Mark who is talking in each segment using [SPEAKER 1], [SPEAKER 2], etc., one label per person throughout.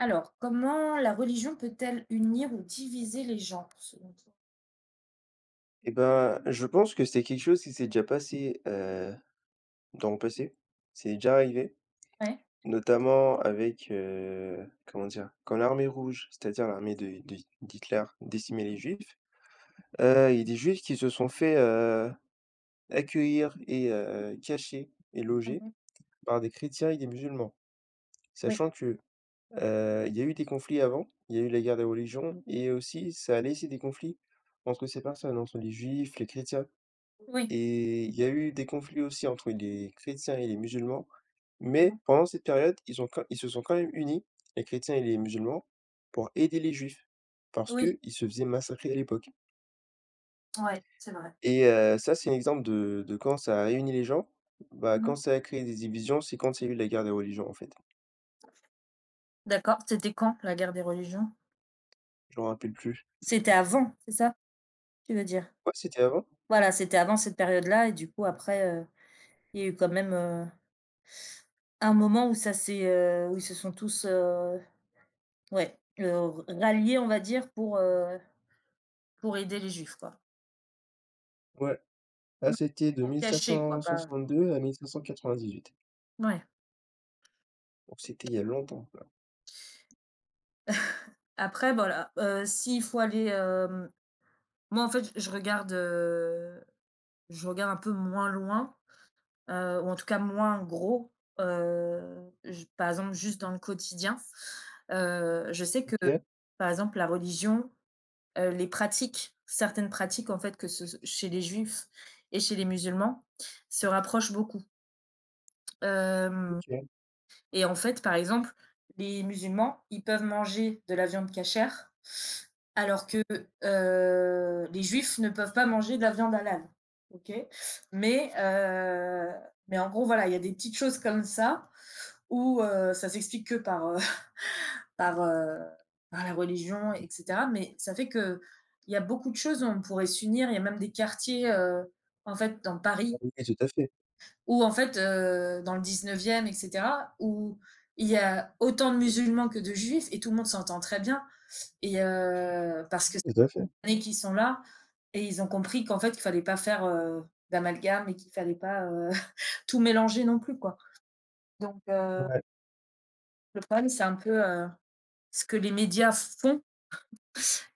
[SPEAKER 1] Alors, comment la religion peut-elle unir ou diviser les gens, selon toi?
[SPEAKER 2] Et ben, je pense que c'est quelque chose qui s'est déjà passé, dans le passé. C'est déjà arrivé,
[SPEAKER 1] Ouais,
[SPEAKER 2] notamment avec, comment dire? Quand l'armée rouge, c'est-à-dire l'armée de d'Hitler, décimait les juifs, il y a des juifs qui se sont fait, accueillir et cacher et loger par des chrétiens et des musulmans.
[SPEAKER 1] oui,
[SPEAKER 2] Sachant que, il y a eu des conflits avant, il y a eu la guerre des religions et aussi ça a laissé des conflits entre ces personnes, entre les juifs, les chrétiens.
[SPEAKER 1] oui,
[SPEAKER 2] Et il y a eu des conflits aussi entre les chrétiens et les musulmans, mais
[SPEAKER 1] mmh,
[SPEAKER 2] pendant cette période, ils se sont quand même unis, les chrétiens et les musulmans, pour aider les juifs, parce
[SPEAKER 1] oui.
[SPEAKER 2] qu'ils se faisaient massacrer à l'époque.
[SPEAKER 1] Ouais, c'est vrai.
[SPEAKER 2] Et ça, c'est un exemple de quand ça a réuni les gens. Bah, quand
[SPEAKER 1] Mmh.
[SPEAKER 2] ça a créé des divisions, c'est quand il y a eu la guerre des religions, en fait.
[SPEAKER 1] D'accord, c'était quand la guerre des religions?
[SPEAKER 2] Je me rappelle plus.
[SPEAKER 1] C'était avant, c'est ça, tu veux dire?
[SPEAKER 2] Ouais, c'était avant?
[SPEAKER 1] Voilà, c'était avant cette période-là et du coup après, il y a eu quand même, un moment où ça s'est, où ils se sont tous, ouais, ralliés, on va dire, pour aider les juifs, quoi.
[SPEAKER 2] Ouais. Là,
[SPEAKER 1] Mmh.
[SPEAKER 2] c'était de
[SPEAKER 1] Pour cacher, quoi, pas.
[SPEAKER 2] 1562 à 1598.
[SPEAKER 1] Ouais.
[SPEAKER 2] Donc c'était il y a longtemps, quoi.
[SPEAKER 1] Après voilà, s'il faut aller. Hem Moi, en fait, je regarde un peu moins loin, ou en tout cas moins gros, j par exemple, juste dans le quotidien. Je sais que,
[SPEAKER 2] OK,
[SPEAKER 1] par exemple, la religion, les pratiques, certaines pratiques, en fait, que ce chez les juifs et chez les musulmans, se rapprochent beaucoup. Hem
[SPEAKER 2] OK.
[SPEAKER 1] Et en fait, par exemple, les musulmans, ils peuvent manger de la viande cachère, alors que, les juifs ne peuvent pas manger de la viande halal, OK? Mais, heu, mais en gros, voilà, il y a des petites choses comme ça où, ça s'explique que par, heu, par la religion et cetera, mais ça fait que il y a beaucoup de choses où on pourrait s'unir. Il y a même des quartiers, en fait, dans
[SPEAKER 2] Ah
[SPEAKER 1] Paris
[SPEAKER 2] oui, tout à fait.
[SPEAKER 1] ou en fait, dans le 19e et cetera, où il y a autant de musulmans que de juifs et tout le monde s'entend très bien et parce que ça
[SPEAKER 2] Ouais, tout à fait.
[SPEAKER 1] fait années qu'ils sont là et ils ont compris qu'en fait, qu'il ne fallait pas faire, d'amalgame et qu'il ne fallait pas, tout mélanger non plus, quoi. Donc
[SPEAKER 2] Ouais,
[SPEAKER 1] heu,
[SPEAKER 2] ouais.
[SPEAKER 1] le problème, c'est un peu, ce que les médias font,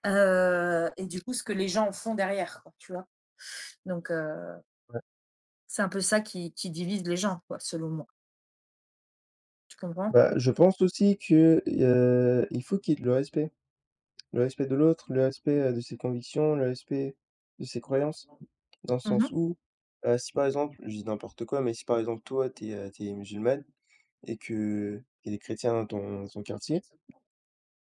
[SPEAKER 1] et du coup, ce que les gens font derrière, quoi, tu vois? Donc, c'est un peu ça qui divise les gens, quoi, selon moi. Tu comprends?
[SPEAKER 2] Bah, je pense aussi que, il faut qu'il y ait le respect. Le respect de l'autre, le respect, de ses convictions, le respect de ses croyances. Dans le sens
[SPEAKER 1] Mmh.
[SPEAKER 2] où, si par exemple, je dis n'importe quoi, mais si par exemple tu es musulmane et qu'il y a des chrétiens dans ton quartier,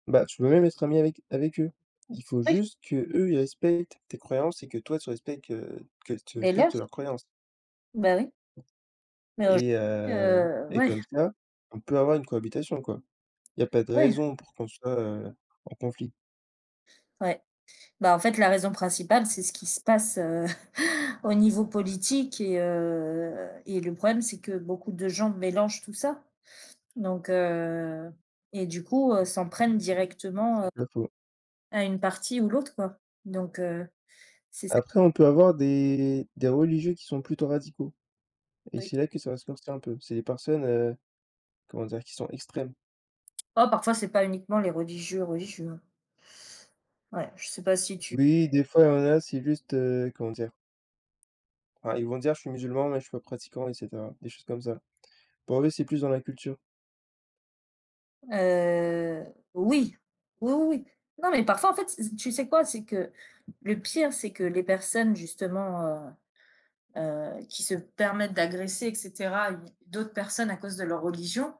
[SPEAKER 2] bah, tu peux même être ami avec eux. Il faut
[SPEAKER 1] Oui,
[SPEAKER 2] juste qu'eux, ils respectent tes croyances et que tu
[SPEAKER 1] les leurs.
[SPEAKER 2] respectes leurs croyances
[SPEAKER 1] Bah, oui. Mais aujourd'hui,
[SPEAKER 2] et heu et
[SPEAKER 1] ouais,
[SPEAKER 2] comme ça, on peut avoir une cohabitation, quoi. Il y a pas de
[SPEAKER 1] ouais,
[SPEAKER 2] raison pour qu'on soit, en conflit,
[SPEAKER 1] ouais. Bah, en fait, la raison principale, c'est ce qui se passe, au niveau politique et le problème, c'est que beaucoup de gens mélangent tout ça. Donc et du coup, s'en prennent directement,
[SPEAKER 2] c'est pas faux.
[SPEAKER 1] à une partie ou l'autre, quoi. Donc, c'est ça.
[SPEAKER 2] Après, on peut avoir des religieux qui sont plutôt radicaux et
[SPEAKER 1] Oui.
[SPEAKER 2] c'est là que ça va se corser un peu. C'est des personnes, comment dire? Qui sont extrêmes.
[SPEAKER 1] Oh, parfois, c'est pas uniquement les religieux, religieux, hein. Ouais, je sais pas si tu.
[SPEAKER 2] Oui, des fois, il y en a, c'est juste, comment dire? Enfin, ils vont dire: «Je suis musulman, mais je suis pas pratiquant» et cetera, des choses comme ça. Pour eux, c'est plus dans la culture.
[SPEAKER 1] Heu, oui, oui, oui, oui. Non, mais parfois, en fait, c tu sais quoi? C'est que le pire, c'est que les personnes justement, qui se permettent d'agresser et cetera, une d'autres personnes à cause de leur religion,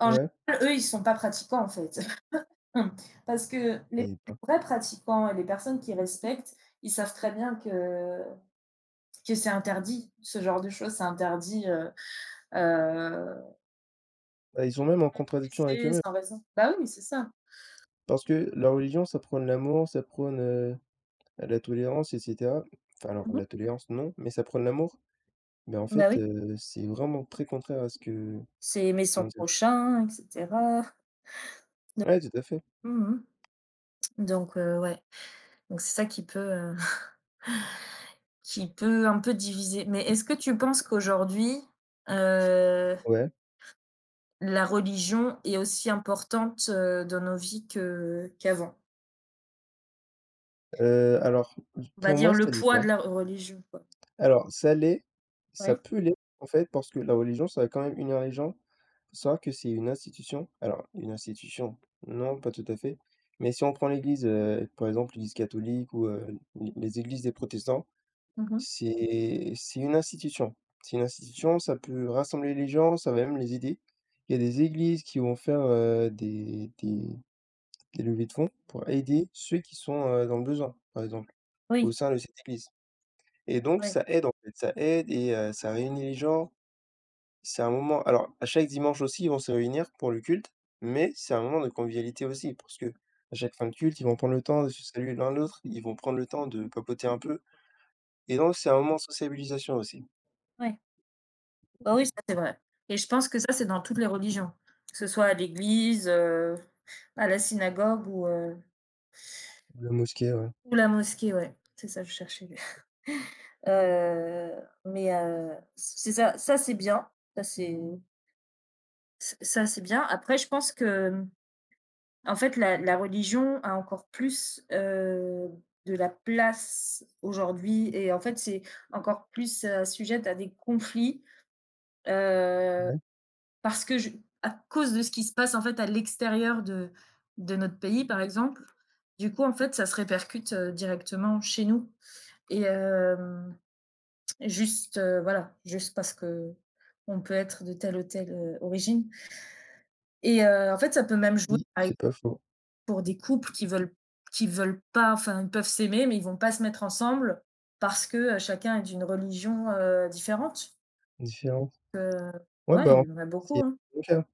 [SPEAKER 1] en
[SPEAKER 2] Ouais
[SPEAKER 1] général, eux, ils sont pas pratiquants, en fait. Parce que les
[SPEAKER 2] et ben,
[SPEAKER 1] vrais pratiquants et les personnes qui respectent, ils savent très bien que c'est interdit, ce genre de choses. C'est interdit, heu,
[SPEAKER 2] bah, ils sont même en contradiction avec
[SPEAKER 1] blesser
[SPEAKER 2] eux-mêmes
[SPEAKER 1] sans raison. Bah oui, c'est ça.
[SPEAKER 2] parce que la religion, ça prône l'amour, ça prône, la tolérance et cetera. Enfin alors
[SPEAKER 1] Mmh mh.
[SPEAKER 2] la tolérance non, mais ça prône l'amour. Mais en
[SPEAKER 1] Bah
[SPEAKER 2] fait,
[SPEAKER 1] oui.
[SPEAKER 2] c'est vraiment très contraire à ce que
[SPEAKER 1] C'est aimer son
[SPEAKER 2] comment dire?
[SPEAKER 1] prochain et cetera.
[SPEAKER 2] Ouais, tout à fait.
[SPEAKER 1] Mmh mh. Donc, ouais, donc c'est ça qui peut un peu diviser. Mais est-ce que tu penses qu'aujourd'hui, heu,
[SPEAKER 2] Ouais,
[SPEAKER 1] la religion est aussi importante, dans nos vies que qu'avant?
[SPEAKER 2] alors,
[SPEAKER 1] On va
[SPEAKER 2] pour moi,
[SPEAKER 1] dire le
[SPEAKER 2] ça l'est
[SPEAKER 1] poids de
[SPEAKER 2] pas.
[SPEAKER 1] la religion, quoi.
[SPEAKER 2] Alors, ça l'est, ça
[SPEAKER 1] Ouais.
[SPEAKER 2] peut l'être, en fait, parce que la religion, ça a quand même unir les gens. Faut savoir que c'est une institution alors, une institution, non, pas tout à fait, mais si on prend l'église, par exemple, l'église catholique ou, les églises des protestants,
[SPEAKER 1] Mmh mh.
[SPEAKER 2] c'est une institution. C'est une institution, ça peut rassembler les gens, ça va même les aider. Il y a des églises qui vont faire, des levées de fonds pour aider ceux qui sont, dans le besoin, par exemple, au
[SPEAKER 1] Oui,
[SPEAKER 2] sein de cette église et donc
[SPEAKER 1] ouais,
[SPEAKER 2] ça aide, en fait, ça aide et ça réunit les gens. C'est un moment alors à chaque dimanche aussi, ils vont se réunir pour le culte, mais c'est un moment de convivialité aussi parce que à chaque fin de culte, ils vont prendre le temps de se saluer l'un l'autre, ils vont prendre le temps de papoter un peu et donc c'est un moment de sociabilisation aussi.
[SPEAKER 1] ouais. Bah, oui, ça c'est vrai et je pense que ça, c'est dans toutes les religions, que ce soit à l'église, à la synagogue ou heu,
[SPEAKER 2] La mosquée, ouais.
[SPEAKER 1] ou la mosquée, ouais. C'est ça, je cherchais. Heu, mais c'est ça, ça c'est bien, ça c'est ça c'est bien. Après je pense que, en fait la religion a encore plus, de la place aujourd'hui et en fait c'est encore plus, sujette à des conflits, heu,
[SPEAKER 2] Ouais,
[SPEAKER 1] parce que je à cause de ce qui se passe en fait à l'extérieur de notre pays par exemple. Du coup en fait ça se répercute, directement chez nous et hem juste, voilà, juste parce que on peut être de telle ou telle, origine et en fait, ça peut même jouer,
[SPEAKER 2] oui,
[SPEAKER 1] par exemple,
[SPEAKER 2] c'est pas faux.
[SPEAKER 1] pour des couples qui veulent pas, enfin, ils peuvent s'aimer, mais ils vont pas se mettre ensemble parce que, chacun est d'une religion, différente.
[SPEAKER 2] Différente.
[SPEAKER 1] Heu,
[SPEAKER 2] Ouais, bah,
[SPEAKER 1] ouais,
[SPEAKER 2] en fait,
[SPEAKER 1] il y en a beaucoup,
[SPEAKER 2] c'est
[SPEAKER 1] hein.
[SPEAKER 2] mon cas.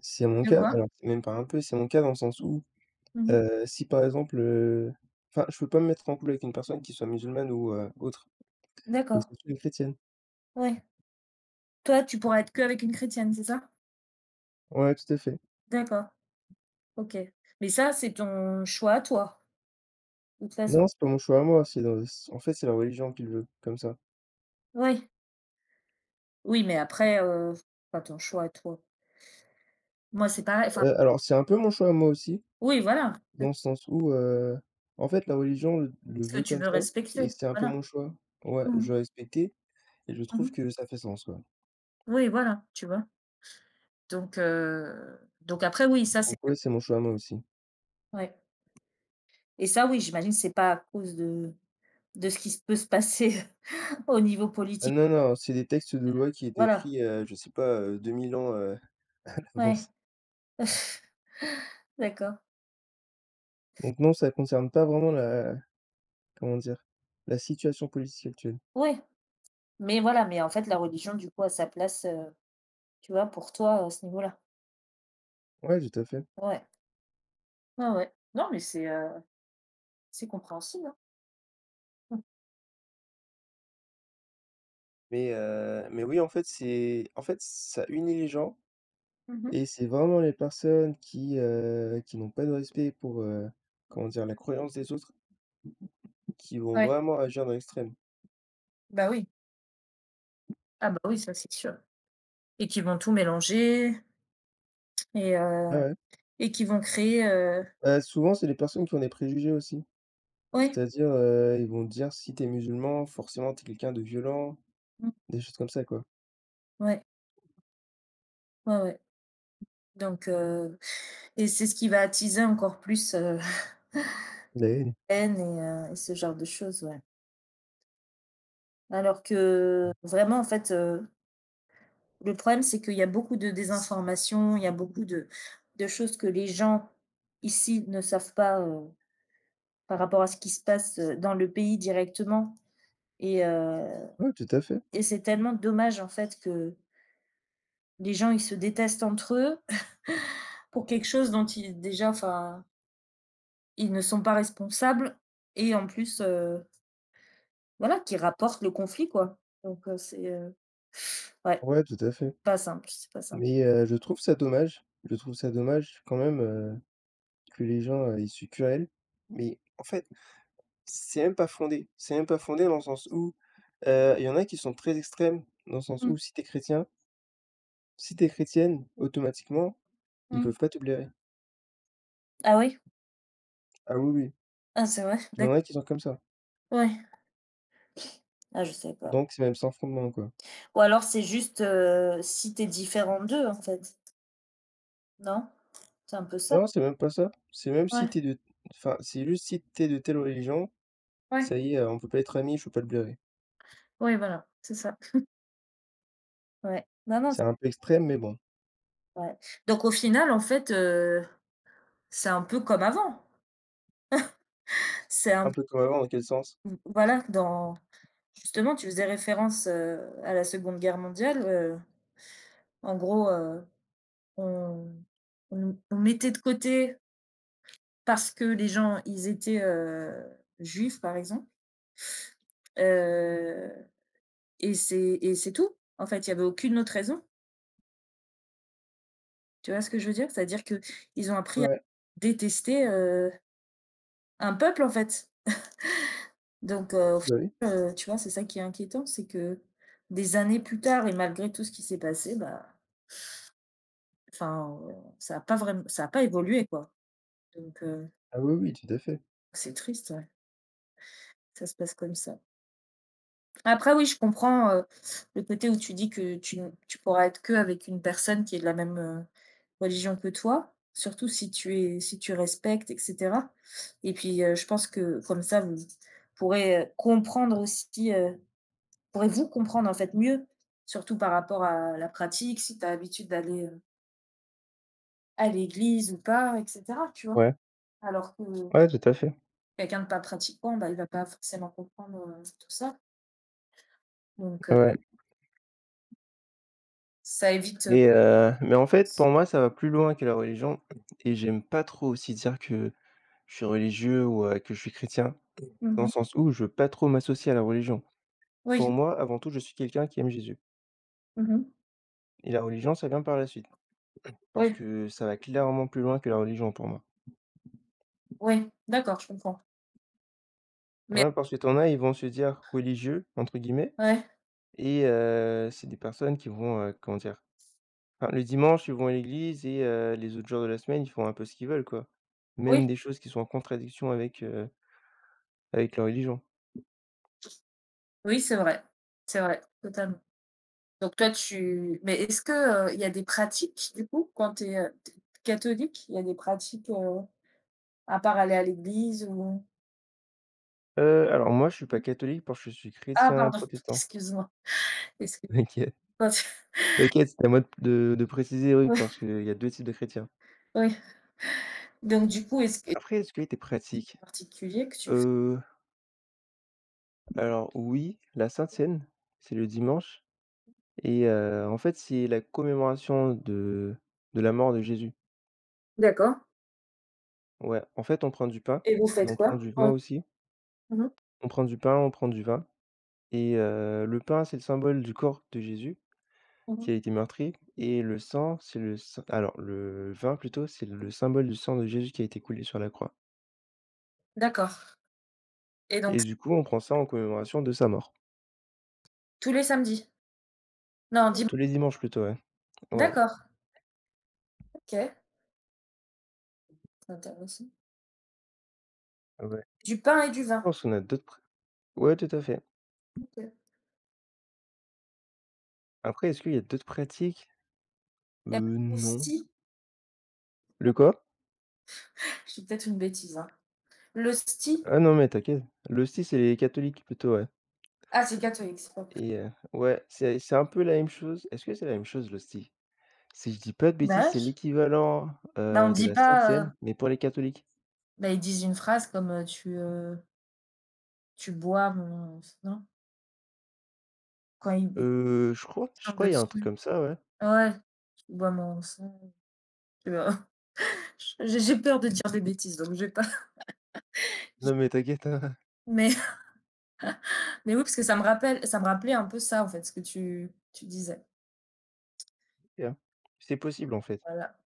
[SPEAKER 2] C'est mon
[SPEAKER 1] De
[SPEAKER 2] cas,
[SPEAKER 1] quoi?
[SPEAKER 2] alors c'est même pas un peu, c'est mon cas dans le sens où
[SPEAKER 1] Mmh.
[SPEAKER 2] Si par exemple, enfin, je peux pas me mettre en couple avec une personne qui soit musulmane ou, autre. Faut que
[SPEAKER 1] D'accord,
[SPEAKER 2] ce soit une chrétienne.
[SPEAKER 1] ouais. Toi, tu pourras être qu'avec une chrétienne, c'est ça?
[SPEAKER 2] Ouais, tout à fait.
[SPEAKER 1] D'accord, OK. Mais ça, c'est ton choix à toi, de toute façon.
[SPEAKER 2] Non, c'est pas mon choix à moi, c'est dans c en fait, c'est la religion qui le veut, comme ça.
[SPEAKER 1] Oui. Oui, mais après, c'est pas ton choix à toi. Moi, c'est pareil, enfin.
[SPEAKER 2] Alors c'est un peu mon choix à moi aussi,
[SPEAKER 1] Oui, voilà, c'est
[SPEAKER 2] dans le sens où, en fait, la religion le
[SPEAKER 1] ce que
[SPEAKER 2] veut
[SPEAKER 1] tu
[SPEAKER 2] comme
[SPEAKER 1] veux
[SPEAKER 2] ça et
[SPEAKER 1] respecter,
[SPEAKER 2] c'est un peu
[SPEAKER 1] voilà.
[SPEAKER 2] mon choix. Ouais,
[SPEAKER 1] Mmh
[SPEAKER 2] je
[SPEAKER 1] mh.
[SPEAKER 2] dois respecter et je
[SPEAKER 1] Mmh
[SPEAKER 2] trouve
[SPEAKER 1] mh.
[SPEAKER 2] que ça fait sens, quoi.
[SPEAKER 1] Oui, voilà, tu vois? Donc, après oui, ça c'est
[SPEAKER 2] Donc ouais, c'est mon choix à moi aussi.
[SPEAKER 1] ouais et ça oui, j'imagine c'est pas à cause de ce qui s peut se passer au niveau
[SPEAKER 2] Ah
[SPEAKER 1] politique.
[SPEAKER 2] non, non, c'est des textes de loi qui étaient
[SPEAKER 1] Voilà,
[SPEAKER 2] écrits, je sais pas, 2000 ans, à
[SPEAKER 1] ouais,
[SPEAKER 2] l'avance.
[SPEAKER 1] d'accord.
[SPEAKER 2] Donc non, ça concerne pas vraiment la comment dire? La situation politique actuelle.
[SPEAKER 1] Ouais, mais voilà, mais en fait la religion du coup a sa place, tu vois, pour toi à ce niveau-là?
[SPEAKER 2] Ouais, tout à fait.
[SPEAKER 1] Ouais, ouais, ouais. Non mais c'est compréhensible, hein. Mmh.
[SPEAKER 2] Mais oui, en fait, c'est en fait, ça unit les gens
[SPEAKER 1] Mmh mh.
[SPEAKER 2] et c'est vraiment les personnes qui n'ont pas de respect pour, comment dire? La croyance des autres qui vont
[SPEAKER 1] Ouais,
[SPEAKER 2] vraiment agir dans l'extrême.
[SPEAKER 1] bah oui. Ah bah oui, ça c'est sûr et qu'ils vont tout mélanger et
[SPEAKER 2] Ouais, ouais.
[SPEAKER 1] et qui vont créer,
[SPEAKER 2] Bah, souvent, c'est les personnes qui ont des préjugés aussi.
[SPEAKER 1] ouais,
[SPEAKER 2] C'est-à-dire, ils vont dire: «Si t'es musulman, forcément t'es quelqu'un de violent»,
[SPEAKER 1] mmh,
[SPEAKER 2] des choses comme ça, quoi.
[SPEAKER 1] ouais, ouais, ouais. Donc et c'est ce qui va attiser encore plus,
[SPEAKER 2] La haine.
[SPEAKER 1] haine et ce genre de choses, ouais. Alors que vraiment, en fait, le problème, c'est qu'il y a beaucoup de désinformation, il y a beaucoup de choses que les gens ici ne savent pas, par rapport à ce qui se passe, dans le pays directement et heu
[SPEAKER 2] Ouais, tout à fait.
[SPEAKER 1] et c'est tellement dommage, en fait, que les gens, ils se détestent entre eux pour quelque chose dont ils déjà, enfin. Ils ne sont pas responsables et en plus, voilà, qui rapportent le conflit, quoi. Donc, c'est, ouais,
[SPEAKER 2] Ouais, tout à fait.
[SPEAKER 1] pas simple, c'est pas simple.
[SPEAKER 2] Mais je trouve ça dommage. Je trouve ça dommage quand même, que les gens, ils suent que mais en fait, c'est même pas fondé. C'est même pas fondé dans le sens où, il y en a qui sont très extrêmes, dans le sens où
[SPEAKER 1] Mmh
[SPEAKER 2] si t'es chrétienne, automatiquement, ils
[SPEAKER 1] mh.
[SPEAKER 2] peuvent pas te blairer.
[SPEAKER 1] Ah oui?
[SPEAKER 2] Ah oui, oui,
[SPEAKER 1] Ah c'est vrai?
[SPEAKER 2] il y en
[SPEAKER 1] D'acc
[SPEAKER 2] a qui sont comme ça,
[SPEAKER 1] ouais. Ah je savais pas.
[SPEAKER 2] donc c'est même sans fondement, quoi.
[SPEAKER 1] Ou alors c'est juste, si tu es différent d'eux, en fait, non? C'est un peu ça?
[SPEAKER 2] Non, c'est même pas ça, c'est même si
[SPEAKER 1] Ouais,
[SPEAKER 2] t'es de enfin, c'est juste si t'es de telle religion,
[SPEAKER 1] ouais,
[SPEAKER 2] ça y est, on peut pas être amis, je peux pas te blairer.
[SPEAKER 1] ouais, voilà, c'est ça. Ouais. Non, non, c'est
[SPEAKER 2] C'est un peu extrême, mais bon,
[SPEAKER 1] ouais. Donc au final, en fait, c'est un peu comme avant. C'est un
[SPEAKER 2] un
[SPEAKER 1] p
[SPEAKER 2] peu comme avant, dans quel sens?
[SPEAKER 1] v voilà, dans justement, tu faisais référence, à la Seconde Guerre mondiale. En gros, on on mettait de côté parce que les gens, ils étaient, juifs, par exemple. Heu et c'est tout. En fait, il y avait aucune autre raison. Tu vois ce que je veux dire? C'est-à-dire que ils ont appris à
[SPEAKER 2] Ouais.
[SPEAKER 1] détester, un peuple, en fait. Donc, au
[SPEAKER 2] Bah, oui.
[SPEAKER 1] final, tu vois, c'est ça qui est inquiétant, c'est que des années plus tard et malgré tout ce qui s'est passé, bah, enfin, ça a pas vraiment, ça a pas évolué, quoi. Donc,
[SPEAKER 2] Ah oui, oui, tout à fait.
[SPEAKER 1] c'est triste, ouais, ça se passe comme ça. Après oui, je comprends, le côté où tu dis que tu ne tu pourras être que avec une personne qui est de la même, religion que toi, surtout si tu respectes et cetera et puis, je pense que comme ça vous pourrez, comprendre aussi, pourrez-vous comprendre en fait mieux, surtout par rapport à la pratique, si tu as l'habitude d'aller, à l'église ou pas et cetera, tu vois?
[SPEAKER 2] Ouais,
[SPEAKER 1] Alors que
[SPEAKER 2] ouais, tout à fait,
[SPEAKER 1] quelqu'un de pas pratiquant, bah, il va pas forcément comprendre, tout ça donc,
[SPEAKER 2] ouais
[SPEAKER 1] ça évite,
[SPEAKER 2] et mais en fait, pour moi, ça va plus loin que la religion et j'aime pas trop aussi dire que je suis religieux ou que je suis chrétien, dans le
[SPEAKER 1] mmh
[SPEAKER 2] sens où je veux pas trop m'associer à la religion.
[SPEAKER 1] Oui.
[SPEAKER 2] Pour moi, avant tout, je suis quelqu'un qui aime Jésus
[SPEAKER 1] Mmh.
[SPEAKER 2] et la religion, ça vient par la suite parce
[SPEAKER 1] Oui,
[SPEAKER 2] que ça va clairement plus loin que la religion pour moi.
[SPEAKER 1] oui, d'accord, je comprends. Mais
[SPEAKER 2] Ouais, parce que t'en as, ils vont se dire «religieux» entre guillemets
[SPEAKER 1] ouais,
[SPEAKER 2] et c'est des personnes qui vont, comment dire? Enfin, le dimanche, ils vont à l'église et les autres jours de la semaine, ils font un peu ce qu'ils veulent, quoi. Mmh.
[SPEAKER 1] oui,
[SPEAKER 2] Même des choses qui sont en contradiction avec leur religion.
[SPEAKER 1] oui, c'est vrai, totalement. Donc toi, tu mais est-ce que, il y a des pratiques, du coup, quand tu es, catholique, il y a des pratiques, à part aller à l'église ou.
[SPEAKER 2] Alors moi, je suis pas catholique parce que je suis
[SPEAKER 1] Ah
[SPEAKER 2] chrétien
[SPEAKER 1] pardon,
[SPEAKER 2] protestant.
[SPEAKER 1] excuse-moi, excuse-moi. Quand tu.
[SPEAKER 2] T'inquiète, t'inquiète, c'est à moi de préciser, oui,
[SPEAKER 1] oui,
[SPEAKER 2] parce qu'il y a 2 types de chrétiens.
[SPEAKER 1] oui. Donc du coup, est-ce que c'est
[SPEAKER 2] Après, est-ce que tu es pratique?
[SPEAKER 1] particulier que tu f
[SPEAKER 2] Alors oui, la Sainte-Seine, c'est le dimanche et en fait, c'est la commémoration de la mort de Jésus.
[SPEAKER 1] d'accord
[SPEAKER 2] Ouais, en fait, on prend du pain
[SPEAKER 1] et vous
[SPEAKER 2] et
[SPEAKER 1] faites
[SPEAKER 2] on prend
[SPEAKER 1] quoi?
[SPEAKER 2] du vin
[SPEAKER 1] Ouais.
[SPEAKER 2] aussi.
[SPEAKER 1] Mmh mh.
[SPEAKER 2] On prend du pain, on prend du vin et le pain, c'est le symbole du corps de Jésus qui
[SPEAKER 1] Mmh.
[SPEAKER 2] a été meurtri et le sang, c'est le s alors le vin plutôt, c'est le symbole du sang de Jésus qui a été coulé sur la croix
[SPEAKER 1] D'accord et donc
[SPEAKER 2] et du coup, on prend ça en commémoration de sa mort.
[SPEAKER 1] tous les samedis? Non, dim
[SPEAKER 2] Tous les dimanches plutôt, ouais. Ouais,
[SPEAKER 1] d'accord, OK, c'est intéressant.
[SPEAKER 2] ouais.
[SPEAKER 1] Du pain et du
[SPEAKER 2] Je
[SPEAKER 1] vin?
[SPEAKER 2] pense qu'on a d'autres pr Ouais, tout à fait.
[SPEAKER 1] OK.
[SPEAKER 2] Après, est-ce qu'il y a d'autres pratiques?
[SPEAKER 1] Il y a pas
[SPEAKER 2] Non.
[SPEAKER 1] l'hostie?
[SPEAKER 2] Le quoi?
[SPEAKER 1] Je dis peut-être une bêtise, hein. L'hostie?
[SPEAKER 2] Ah non, mais t'inquiète. L'hostie, c'est les catholiques plutôt, ouais
[SPEAKER 1] Ah, c'est catholique, c'est pas vrai.
[SPEAKER 2] et ouais, c'est un peu la même chose. Est-ce que c'est la même chose, l'hostie? Si je dis pas de
[SPEAKER 1] Bah,
[SPEAKER 2] bêtises, c'est
[SPEAKER 1] wesh.
[SPEAKER 2] l'équivalent,
[SPEAKER 1] Bah, on
[SPEAKER 2] de
[SPEAKER 1] dit
[SPEAKER 2] la sainte
[SPEAKER 1] pas,
[SPEAKER 2] cène, mais pour les catholiques.
[SPEAKER 1] bah, ils disent une phrase comme, tu bois mon s non? Quand ils
[SPEAKER 2] Euh, je crois je
[SPEAKER 1] chantent
[SPEAKER 2] crois il y a un truc
[SPEAKER 1] dessus.
[SPEAKER 2] comme ça, ouais.
[SPEAKER 1] Ouais, tu bois mon sang, tu vois? J'ai peur de dire des bêtises, donc je vais pas.
[SPEAKER 2] Non, mais t'inquiète, hein.
[SPEAKER 1] mais mais oui, parce que ça me rappelait un peu ça, en fait, ce que tu disais.
[SPEAKER 2] C'est possible, en fait.
[SPEAKER 1] Voilà.